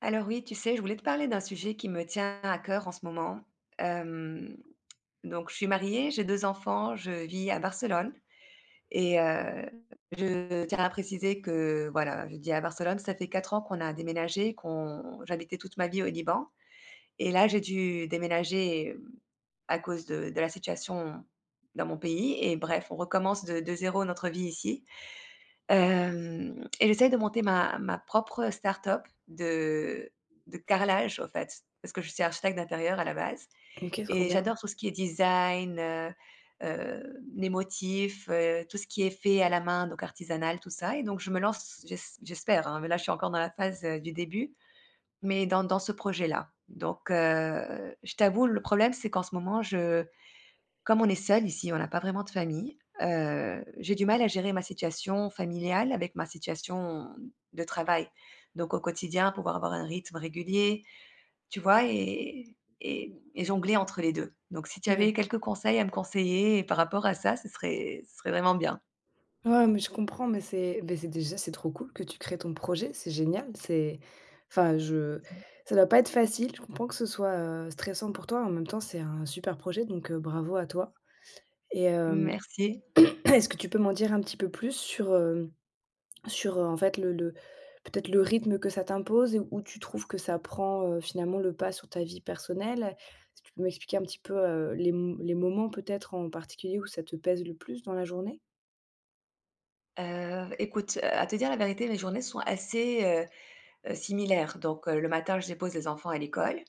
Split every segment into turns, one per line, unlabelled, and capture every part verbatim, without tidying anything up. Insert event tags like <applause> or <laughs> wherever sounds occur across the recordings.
Alors oui, tu sais, je voulais te parler d'un sujet qui me tient à cœur en ce moment. Hem, donc je suis mariée, j'ai deux enfants, je vis à Barcelone et heu, je tiens à préciser que, voilà, je dis à Barcelone, ça fait quatre ans qu'on a déménagé, qu'on j'habitais toute ma vie au Liban et là, j'ai dû déménager, à cause de de la situation dans mon pays et bref, on recommence de de zéro notre vie ici. Hem Et j'essaye de monter ma ma propre start-up de de carrelage, au fait, parce que je suis architecte d'intérieur à la base
OK, trop
et
bien.
j'adore tout ce qui est design, heu heu, les motifs, heu, tout ce qui est fait à la main, donc artisanal, tout ça et donc je me lance, j'es j'espère, hein, mais là, je suis encore dans la phase, heu, du début, mais dans dans ce projet-là. Donc, heu, je t'avoue, le problème, c'est qu'en ce moment, je comme on est seul ici, on n'a pas vraiment de famille, heu, j'ai du mal à gérer ma situation familiale avec ma situation de travail. Donc au quotidien, pouvoir avoir un rythme régulier, tu vois? Et et et jongler entre les deux. Donc si tu avais
Ouais.
quelques conseils à me conseiller par rapport à ça, ce serait ce serait vraiment bien.
Ouais, mais je comprends, mais c'est mais c'est déjà, c'est trop cool que tu crées ton projet, c'est génial, c'est enfin, je ça doit pas être facile, je comprends que ce soit, heu, stressant pour toi, en même temps, c'est un super projet, donc heu, bravo à toi et hem,
Merci.
<clears throat> est-ce que tu peux m'en dire un petit peu plus sur, hem, sur, heu, en fait, le le peut-être le rythme que ça t'impose et où tu trouves que ça prend, heu, finalement le pas sur ta vie personnelle? Si tu peux m'expliquer un petit peu, heu, les m les moments peut-être en particulier où ça te pèse le plus dans la journée?
Heu, écoute, heu, à te dire la vérité, mes journées sont assez, heu heu, similaires. Donc, heu, le matin, je dépose les enfants à l'école.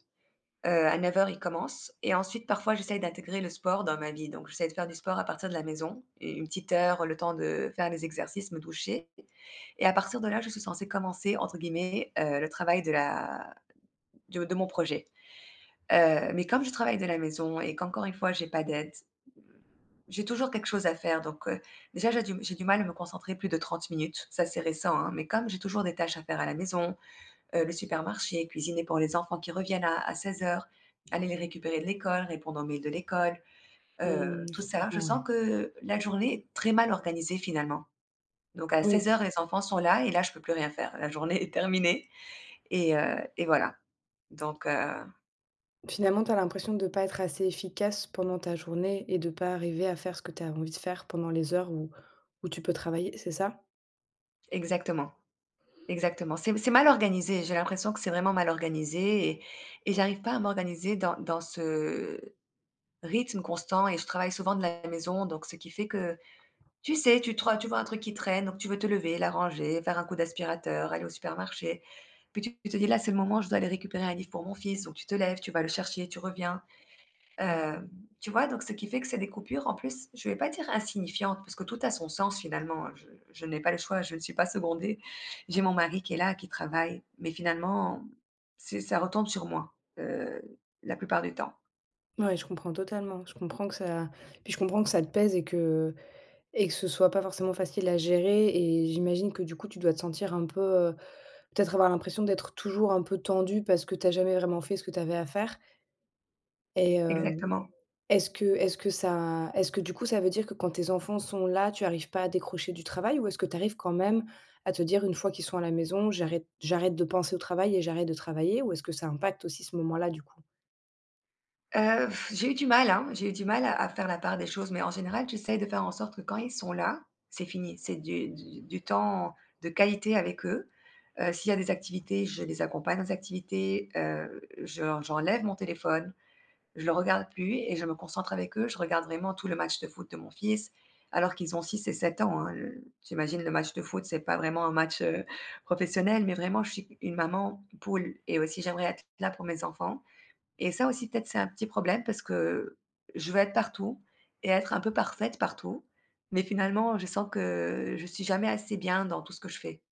Heu, à neuf heures, il commence et ensuite parfois j'essaye d'intégrer le sport dans ma vie, donc j'essaie de faire du sport à partir de la maison, u une petite heure, le temps de faire des exercices, me doucher et à partir de là, je suis censée «commencer» entre guillemets, heu, le travail de la de de mon projet. Heu, mais comme je travaille de la maison et qu'encore une fois j'ai pas d'aide, j'ai toujours quelque chose à faire donc, heu, déjà j'ai du j'ai du mal à me concentrer plus de trente minutes, ça c'est récent, hein, mais comme j'ai toujours des tâches à faire à la maison, heu, le supermarché, cuisiner pour les enfants qui reviennent à à seize heures, aller les récupérer de l'école, répondre aux mails de l'école,
Mmh,
heu,
je
tout ça. Je
comprends, ouais.
sens que la journée est très mal organisée finalement. Donc à seize
Oui,
heures, les enfants sont là et là, je peux plus rien faire. La journée est terminée et heu et voilà. Donc heu
finalement, tu as l'impression de pas être assez efficace pendant ta journée et de pas arriver à faire ce que tu as envie de faire pendant les heures où où tu peux travailler, c'est ça?
Exactement, exactement. C'est c'est mal organisé. J'ai l'impression que c'est vraiment mal organisé et et j'arrive pas à m'organiser dans dans ce rythme constant et je travaille souvent de la maison, donc ce qui fait que, tu sais, tu troi tu vois un truc qui traîne, donc tu veux te lever, l'arranger, faire un coup d'aspirateur, aller au supermarché. Puis tu tu te dis: «Là, c'est le moment, je dois aller récupérer un livre pour mon fils», donc tu te lèves, tu vas le chercher, tu reviens. Heu, tu vois? Donc ce qui fait que c'est des coupures en plus, je vais pas dire insignifiantes parce que tout a son sens finalement. Je je n'ai pas le choix, je ne suis pas secondée. J'ai mon mari qui est là, qui travaille, mais finalement, c'est ça retombe sur moi, heu, la plupart du temps.
Ouais, je comprends totalement. Je comprends que ça puis je comprends que ça te pèse et que et que ce soit pas forcément facile à gérer et j'imagine que, du coup, tu dois te sentir un peu, heu, peut-être avoir l'impression d'être toujours un peu tendu parce que t'as jamais vraiment fait ce que tu avais à faire. Et
Exactement.
Est-ce que est-ce que ça est-ce que du coup, ça veut dire que quand tes enfants sont là, tu arrives pas à décrocher du travail? Ou est-ce que tu arrives quand même à te dire: «Une fois qu'ils sont à la maison, j'arrête j'arrête de penser au travail et j'arrête de travailler»? Ou est-ce que ça impacte aussi ce moment-là, du coup?
Heu, j'ai eu du mal, hein, j'ai eu du mal à à faire la part des choses, mais en général, j'essaye de faire en sorte que quand ils sont là, c'est fini. C'est du du du temps de qualité avec eux. Heu, s'il y a des activités, je les accompagne aux activités, heu, j'en j'enlève mon téléphone, je le regarde plus et je me concentre avec eux. Je regarde vraiment tout le match de foot de mon fils, alors qu'ils ont six et sept ans, hein. Le j'imagine le match de foot, c'est pas vraiment un match, heu, professionnel, mais vraiment je suis une maman poule et aussi j'aimerais être là pour mes enfants. Et ça aussi, peut-être, c'est un petit problème parce que je veux être partout et être un peu parfaite partout, mais finalement, je sens que je suis jamais assez bien dans tout ce que je fais.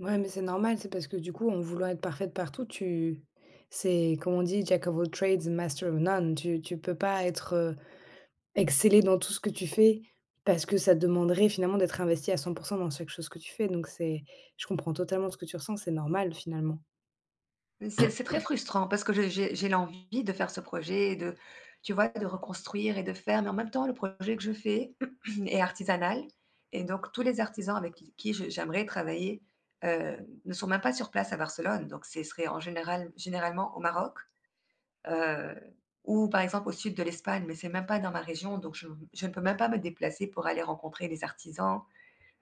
Ouais, mais c'est normal, c'est parce que du coup, en voulant être parfaite partout, tu c'est comme on dit: «Jack of all trades, master of none». Tu tu peux pas être, heu, exceller dans tout ce que tu fais parce que ça te demanderait finalement d'être investi à cent dans chaque chose que tu fais. Donc c'est je comprends totalement ce que tu ressens, c'est normal finalement.
C'est c'est très frustrant parce que je j'ai j'ai l'envie de faire ce projet et de tu vois, de reconstruire et de faire, mais en même temps, le projet que je fais <clears throat> est artisanal et donc tous les artisans avec qui qui je j'aimerais travailler, heu, ne sont même pas sur place à Barcelone, donc ce serait en général généralement au Maroc. heu, ou par exemple au sud de l'Espagne, mais c'est même pas dans ma région, donc je je ne peux même pas me déplacer pour aller rencontrer les artisans,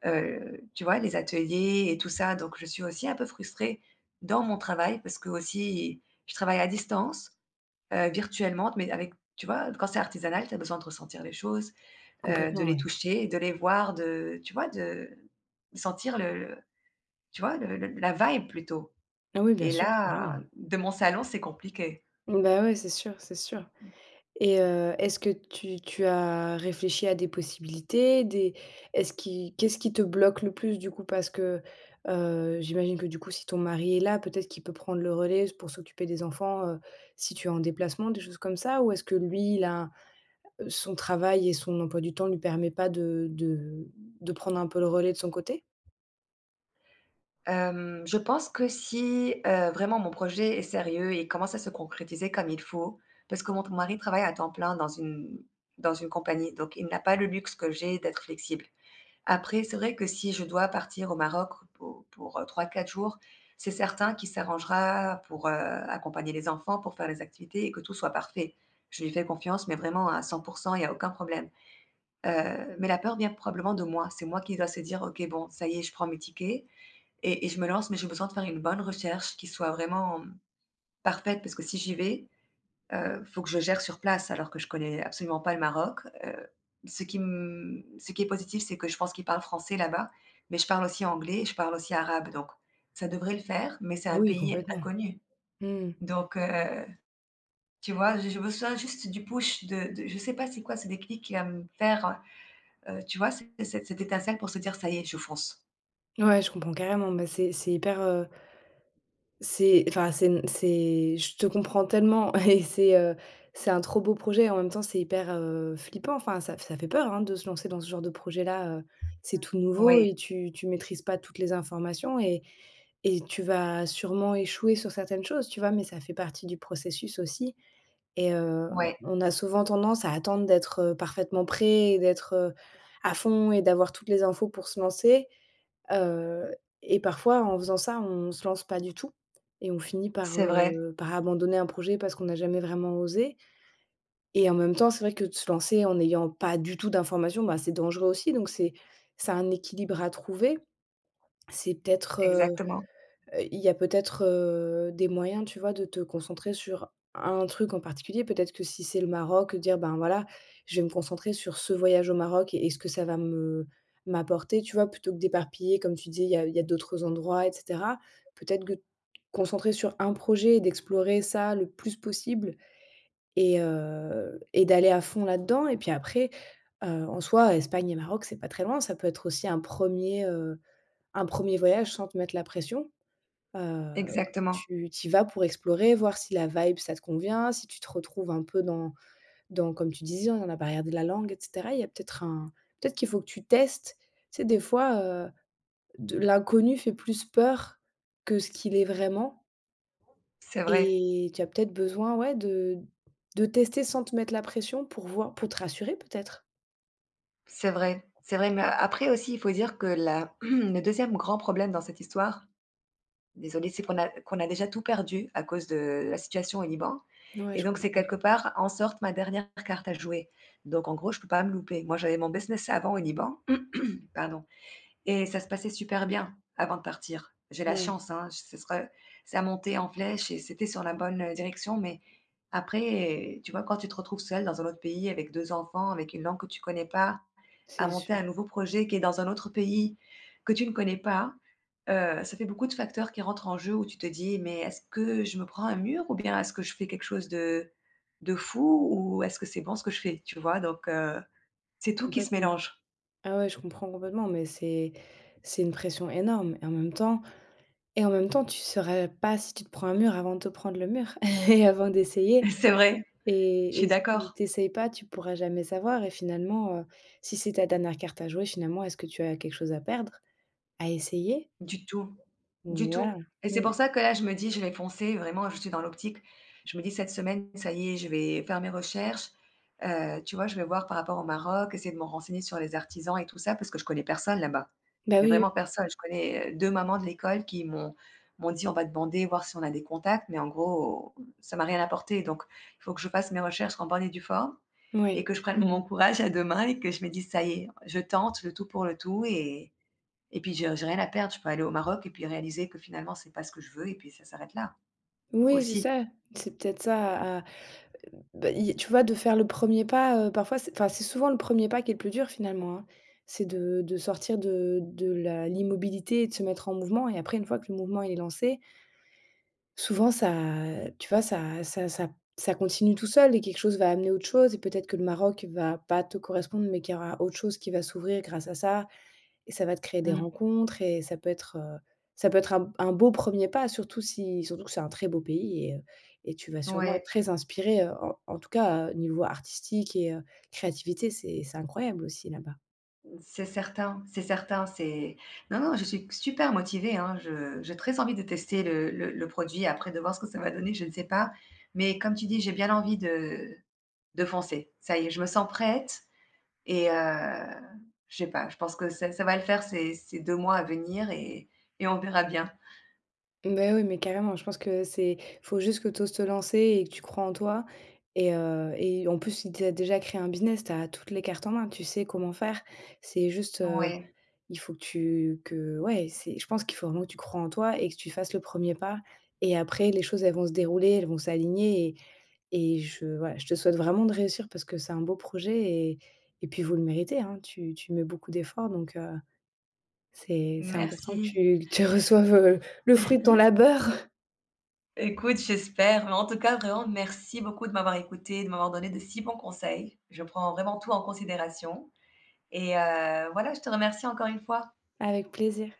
heu, tu vois? Les ateliers et tout ça, donc je suis aussi un peu frustrée dans mon travail parce que aussi je travaille à distance, heu, virtuellement, mais avec, tu vois? Quand c'est artisanal, tu as besoin de ressentir les choses, heu, de
Complètement,
les
ouais.
toucher, de les voir, de tu vois? De sentir le le tu vois? Le le la vibe plutôt,
Ah oui, bien
et
sûr, carrément.
là, de mon salon, c'est compliqué.
Bah, ouais, c'est sûr, c'est sûr et heu, est-ce que tu tu as réfléchi à des possibilités, des est-ce qui qu'est-ce qui te bloque le plus du coup? Parce que, heu, j'imagine que du coup, si ton mari est là, peut-être qu'il peut prendre le relais pour s'occuper des enfants, heu, si tu es en déplacement, des choses comme ça? Ou est-ce que lui, il a euh, son travail et son emploi du temps lui permet pas de de de prendre un peu le relais de son côté?
Hem, je pense que si, heu, vraiment mon projet est sérieux et commence à se concrétiser comme il faut, parce que mon mari travaille à temps plein dans une dans une compagnie, donc il n'a pas le luxe que j'ai d'être flexible. Après, c'est vrai que si je dois partir au Maroc pour pour, heu, trois quatre jours, c'est certain qu'il s'arrangera pour, heu, accompagner les enfants, pour faire les activités et que tout soit parfait. Je lui fais confiance, mais vraiment à cent, il y a aucun problème. Heu, mais la peur vient probablement de moi. C'est moi qui dois se dire: «OK, bon, ça y est, je prends mes tickets». Et et je me lance, mais j'ai besoin de faire une bonne recherche qui soit vraiment, mmh, parfaite, parce que si j'y vais, heu, faut que je gère sur place alors que je connais absolument pas le Maroc. Heu, ce qui m ce qui est positif, c'est que je pense qu'ils parlent français là-bas, mais je parle aussi anglais et je parle aussi arabe, donc ça devrait le faire, mais c'est
Ah
un
oui,
pays
complètement.
inconnu.
Mmh.
Donc, heu, tu vois, j'ai j'ai besoin juste du push de de je sais pas c'est quoi ce déclic qui va me faire, heu, tu vois, cette cette cette étincelle pour se dire: «Ça y est, je fonce».
Ouais, je comprends carrément, bah, c'est c'est hyper, heu C'est enfin, c'est c'est je te comprends tellement <laughs> et c'est, heu, c'est un trop beau projet et en même temps, c'est hyper, heu, flippant. Enfin, ça ça fait peur, hein, de se lancer dans ce genre de projet-là, heu, c'est tout nouveau
Oui,
et tu tu maîtrises pas toutes les informations et et tu vas sûrement échouer sur certaines choses, tu vois? Mais ça fait partie du processus aussi et heu,
oui,
on a souvent tendance à attendre d'être, heu, parfaitement prêt et d'être, heu, à fond et d'avoir toutes les infos pour se lancer. Heu et parfois en faisant ça, on se lance pas du tout et on finit par,
c'est vrai,
heu, par abandonner un projet parce qu'on n'a jamais vraiment osé. Et en même temps, c'est vrai que de se lancer en n'ayant pas du tout d'informations, bah, c'est dangereux aussi donc c'est c'est un équilibre à trouver. C'est peut-être,
exactement,
Heu, il y a peut-être, heu, des moyens, tu vois, de te concentrer sur un truc en particulier. Peut-être que si c'est le Maroc, dire: «Ben, voilà, je vais me concentrer sur ce voyage au Maroc et et ce que ça va me m'apporter», tu vois? Plutôt que d'éparpiller, comme tu dis, il y a il y a d'autres endroits et cetera. Peut-être que concentrer sur un projet et d'explorer ça le plus possible et heu et d'aller à fond là-dedans et puis après, heu, en soi, Espagne et Maroc, c'est pas très loin. Ça peut être aussi un premier er un premier voyage sans te mettre la pression. Heu, où
exactement.
tu tu y vas pour explorer, voir si la vibe ça te convient, si tu te retrouves un peu dans dans comme tu disais, on la barrière de la langue et cetera. Il y a peut-être un peut-être qu'il faut que tu testes. Tu sais des fois, heu, de l'inconnu fait plus peur que ce qu'il est vraiment
C'est vrai,
et tu as peut-être besoin, ouais, de de tester sans te mettre la pression pour voir pour te rassurer peut-être?
c'est vrai, c'est vrai, mais après aussi, il faut dire que la <clears throat> le deuxième grand problème dans cette histoire, désolée, c'est qu'on a qu'on a déjà tout perdu à cause de la situation au Liban
Ouais,
et
je
donc c'est
comprends.
quelque part, en sorte, ma dernière carte à jouer. Donc en gros, je peux pas me louper. Moi, j'avais mon business avant au Liban, <clears throat> pardon. Et ça se passait super bien avant de partir. J'ai la
Ouais,
chance, hein, ce sera ça montait en flèche et c'était sur la bonne, heu, direction, mais après, euh, tu vois, quand tu te retrouves seule dans un autre pays avec deux enfants, avec une langue que tu connais pas, à
c'est
monter un
sûr,
nouveau projet qui est dans un autre pays que tu ne connais pas, heu, ça fait beaucoup de facteurs qui rentrent en jeu où tu te dis: «Mais est-ce que je me prends un mur ou bien est-ce que je fais quelque chose de de fou ou est-ce que c'est bon ce que je fais?» tu vois? Donc, heu, c'est tout qui se
complètement.
mélange.
Ah ouais, je comprends complètement, mais c'est c'est une pression énorme et en même temps Et en même temps, tu saurais pas si tu te prends un mur avant de te prendre le mur <laughs> et avant d'essayer.
<laughs> C'est vrai, je
et
suis
et si
d'accord.
tu essayes pas, tu pourras jamais savoir et finalement, heu, si c'est ta dernière carte à jouer, finalement, est-ce que tu as quelque chose à perdre, à essayer?
Du tout, du tout
Voilà.
et c'est
Mmh.
pour ça que là, je me dis: «Je vais foncer», vraiment, je suis dans l'optique. Je me dis: «Cette semaine, ça y est, je vais faire mes recherches». Heu, tu vois, je vais voir par rapport au Maroc, essayer de me renseigner sur les artisans et tout ça parce que je connais personne là-bas.
Bah,
Mais
oui, oui.
vraiment personne. Je connais, heu, deux mamans de l'école qui m'ont m'ont dit: «On va demander, voir si on a des contacts», mais en gros, ça m'a rien apporté donc il faut que je fasse mes recherches en bonne et due forme et
Ouais.
que je prenne mon courage à deux mains et que je me dise: «Ça y est, je tente le tout pour le tout», et et puis j'ai j'ai rien à perdre, je peux aller au Maroc et puis réaliser que finalement c'est pas ce que je veux et puis ça s'arrête là,
Oui, c'est
aussi.
ça. C'est peut-être ça à bah, il tu vois, de faire le premier pas, heu, parfois c'est enfin, c'est souvent le premier pas qui est le plus dur finalement, hein. C'est de de sortir de de la l'immobilité et de se mettre en mouvement et après une fois que le mouvement il est lancé. Souvent ça, tu vois, ça ça ça ça continue tout seul et quelque chose va amener autre chose et peut-être que le Maroc va pas te correspondre, mais qu'il y aura autre chose qui va s'ouvrir grâce à ça et ça va te créer des
Mmh.
rencontres et ça peut être, heu, ça peut être un un beau premier pas, surtout si surtout que c'est un très beau pays et heu et tu vas sûrement être
Ouais,
très inspiré, euh, en en tout cas, heu, niveau artistique et heu, créativité, c'est c'est incroyable aussi là-bas.
c'est certain, c'est certain, c'est non, non, je suis super motivée, hein, je j'ai très envie de tester le le le produit après de voir ce que ça va donner, je ne sais pas. Mais comme tu dis, j'ai bien envie de de foncer. Ça y est, je me sens prête et heu, je sais pas, je pense que ça ça va le faire ces ces deux mois à venir et et on verra bien.
Bah oui, mais carrément, je pense que c'est faut juste que tu oses te lancer et que tu crois en toi et heu et en plus, si tu as déjà créé un business, tu as toutes les cartes en main, tu sais comment faire. C'est juste, heu,
Ouais,
il faut que tu que ouais, c'est je pense qu'il faut vraiment que tu crois en toi et que tu fasses le premier pas et après les choses, elles vont se dérouler, elles vont s'aligner et et je voilà, je te souhaite vraiment de réussir parce que c'est un beau projet et et puis vous le méritez, hein. Tu tu mets beaucoup d'efforts donc heu, c'est c'est important que
merci.
tu que tu reçoives, heu, le fruit de ton
<laughs>
labeur.
Écoute, j'espère, mais en tout cas, vraiment, merci beaucoup de m'avoir écoutée, de m'avoir donné de si bons conseils. Je prends vraiment tout en considération et heu, voilà, je te remercie encore une fois.
Avec plaisir.